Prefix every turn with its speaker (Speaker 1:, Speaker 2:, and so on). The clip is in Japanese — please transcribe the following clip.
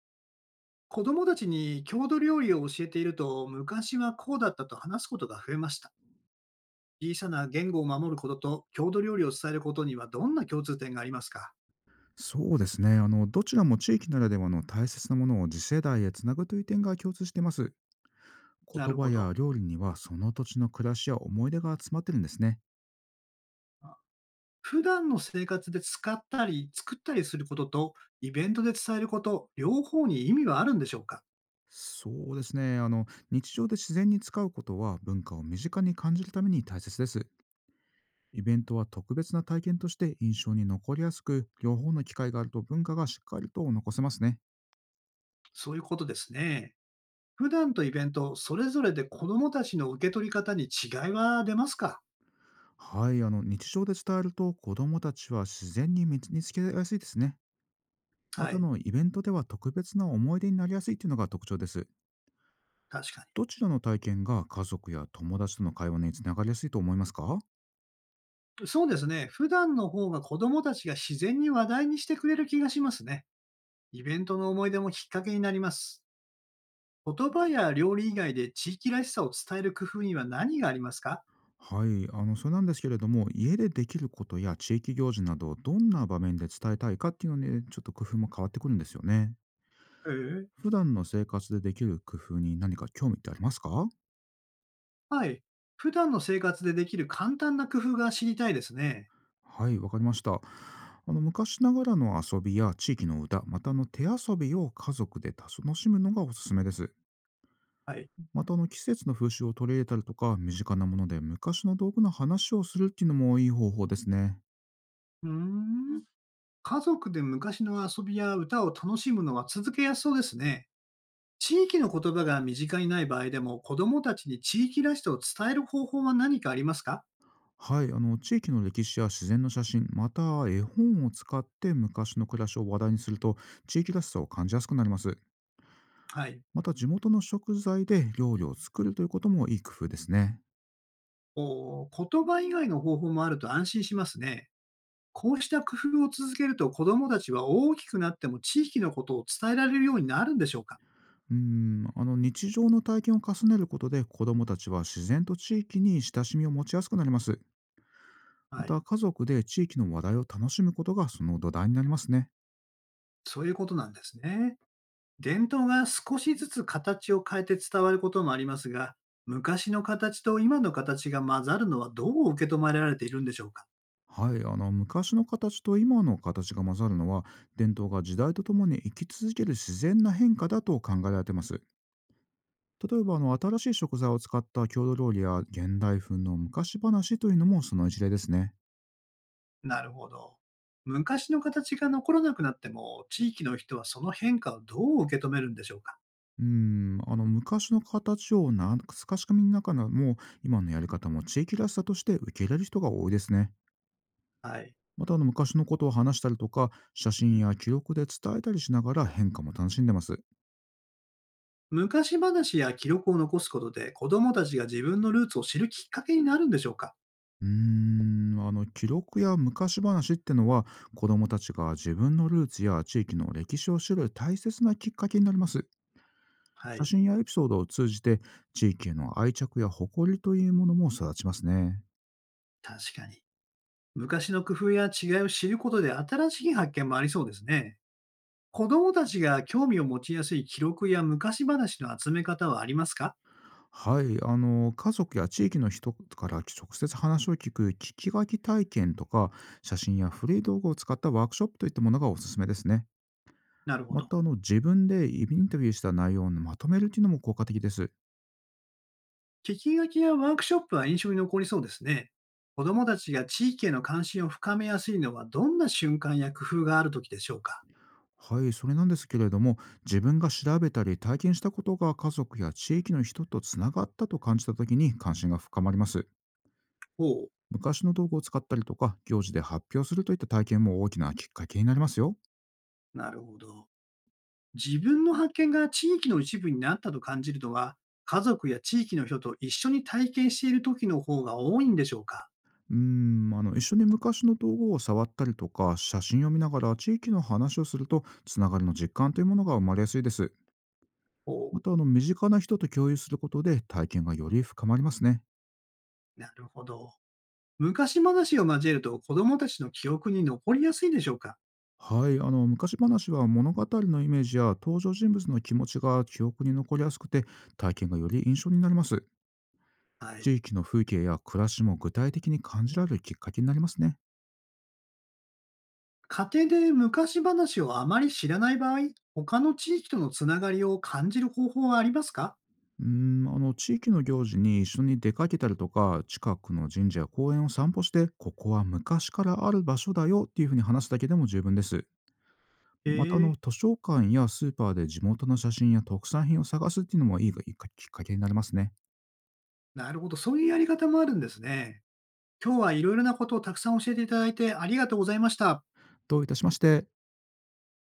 Speaker 1: 子供たちに郷土料理を教えていると、昔はこうだったと話すことが増えました。小さな言語を守ることと郷土料理を伝えることにはどんな共通点がありますか？
Speaker 2: そうですね。どちらも地域ならではの大切なものを次世代へつなぐという点が共通しています。
Speaker 1: な
Speaker 2: 言
Speaker 1: る
Speaker 2: 葉
Speaker 1: ほど。
Speaker 2: や料理にはその土地の暮らしや思い出が詰まってるんですね。
Speaker 1: あ。普段の生活で使ったり作ったりすることとイベントで伝えること、両方に意味はあるんでしょうか？
Speaker 2: そうですね。日常で自然に使うことは文化を身近に感じるために大切です。イベントは特別な体験として印象に残りやすく、両方の機会があると文化がしっかりと残せますね。
Speaker 1: そういうことですね。普段とイベント、それぞれで子供たちの受け取り方に違いは出ますか？
Speaker 2: はい、日常で伝えると子供たちは自然に身につけやすいですね。ま
Speaker 1: は
Speaker 2: た
Speaker 1: い。
Speaker 2: イベントでは特別な思い出になりやすいっていうのが特徴です。
Speaker 1: 確かに。
Speaker 2: どちらの体験が家族や友達との会話につながりやすいと思いますか？
Speaker 1: そうですね。普段の方が子供たちが自然に話題にしてくれる気がしますね。イベントの思い出もきっかけになります。言葉や料理以外で地域らしさを伝える工夫には何がありますか？
Speaker 2: はい、それなんですけれども、家でできることや地域行事などをどんな場面で伝えたいかっていうので、ちょっと工夫も変わってくるんですよね。
Speaker 1: ええ。
Speaker 2: 普段の生活でできる工夫に何か興味ってありますか？
Speaker 1: はい。普段の生活でできる簡単な工夫が知りたいですね。
Speaker 2: はい、わかりました。昔ながらの遊びや地域の歌、また手遊びを家族で楽しむのがおすすめです。
Speaker 1: はい。
Speaker 2: また季節の風習を取り入れたりとか、身近なもので昔の道具の話をするっていうのもいい方法ですね。
Speaker 1: うーん。家族で昔の遊びや歌を楽しむのは続けやすそうですね。地域の言葉が身近にない場合でも子供たちに地域らしさを伝える方法は何かありますか？
Speaker 2: はい、地域の歴史や自然の写真、また絵本を使って昔の暮らしを話題にすると、地域らしさを感じやすくなります。
Speaker 1: はい。
Speaker 2: また地元の食材で料理を作るということもいい工夫ですね。
Speaker 1: お。言葉以外の方法もあると安心しますね。こうした工夫を続けると子どもたちは大きくなっても地域のことを伝えられるようになるんでしょうか？
Speaker 2: うーん、日常の体験を重ねることで、子どもたちは自然と地域に親しみを持ちやすくなります。ま
Speaker 1: はい。
Speaker 2: た家族で地域の話題を楽しむことがその土台になりますね。
Speaker 1: そういうことなんですね。伝統が少しずつ形を変えて伝わることもありますが、昔の形と今の形が混ざるのはどう受け止められているんでしょうか？
Speaker 2: はい、昔の形と今の形が混ざるのは、伝統が時代とともに生き続ける自然な変化だと考えられています。例えば新しい食材を使った郷土料理や現代風の昔話というのもその一例ですね。
Speaker 1: なるほど。昔の形が残らなくなっても、地域の人はその変化をどう受け止めるんでしょうか？
Speaker 2: うーん、昔の形を懐かしみながらも、今のやり方も地域らしさとして受け入れる人が多いですね。
Speaker 1: はい。
Speaker 2: また昔のことを話したりとか、写真や記録で伝えたりしながら変化も楽しんでます。
Speaker 1: 昔話や記録を残すことで、子供たちが自分のルーツを知るきっかけになるんでしょうか？
Speaker 2: うーん、記録や昔話ってのは、子どもたちが自分のルーツや地域の歴史を知る大切なきっかけになります。
Speaker 1: は
Speaker 2: 写
Speaker 1: い、
Speaker 2: 真やエピソードを通じて、地域への愛着や誇りというものも育ちますね。
Speaker 1: 確かに。昔の工夫や違いを知ることで新しい発見もありそうですね。子供たちが興味を持ちやすい記録や昔話の集め方はありますか？
Speaker 2: はい、家族や地域の人から直接話を聞く聞き書き体験とか、写真や古い道具を使ったワークショップといったものがおすすめですね。
Speaker 1: なるほ
Speaker 2: ま
Speaker 1: ど。
Speaker 2: た自分でインタビューした内容をまとめるっていうのも効果的です。
Speaker 1: 聞き書きやワークショップは印象に残りそうですね。子供たちが地域への関心を深めやすいのはどんな瞬間や工夫があるときでしょうか？
Speaker 2: はい、それなんですけれども、自分が調べたり体験したことが家族や地域の人とつながったと感じたときに関心が深まります。
Speaker 1: ほう、
Speaker 2: 昔の道具を使ったりとか、行事で発表するといった体験も大きなきっかけになりますよ。
Speaker 1: なるほど。自分の発見が地域の一部になったと感じるのは、家族や地域の人と一緒に体験している時の方が多いんでしょうか？
Speaker 2: うーん、一緒に昔の道具を触ったりとか、写真を見ながら地域の話をすると、つながりの実感というものが生まれやすいです。
Speaker 1: おう。
Speaker 2: また、身近な人と共有することで体験がより深まりますね。
Speaker 1: なるほど。昔話を交えると子供たちの記憶に残りやすいでしょうか？
Speaker 2: はい、昔話は物語のイメージや登場人物の気持ちが記憶に残りやすくて、体験がより印象になります。
Speaker 1: はい。
Speaker 2: 地域の風景や暮らしも具体的に感じられるきっかけになりますね。
Speaker 1: 家庭で昔話をあまり知らない場合、他の地域とのつながりを感じる方法はありますか？
Speaker 2: うーん、地域の行事に一緒に出かけたりとか、近くの神社や公園を散歩して、ここは昔からある場所だよっていうふうに話すだけでも十分です。
Speaker 1: へ
Speaker 2: また
Speaker 1: え、
Speaker 2: 図書館やスーパーで地元の写真や特産品を探すっていうのもいいきっかけになりますね。
Speaker 1: なるほど。そういうやり方もあるんですね。今日はいろいろなことをたくさん教えていただいてありがとうございました。
Speaker 2: どういたしまして。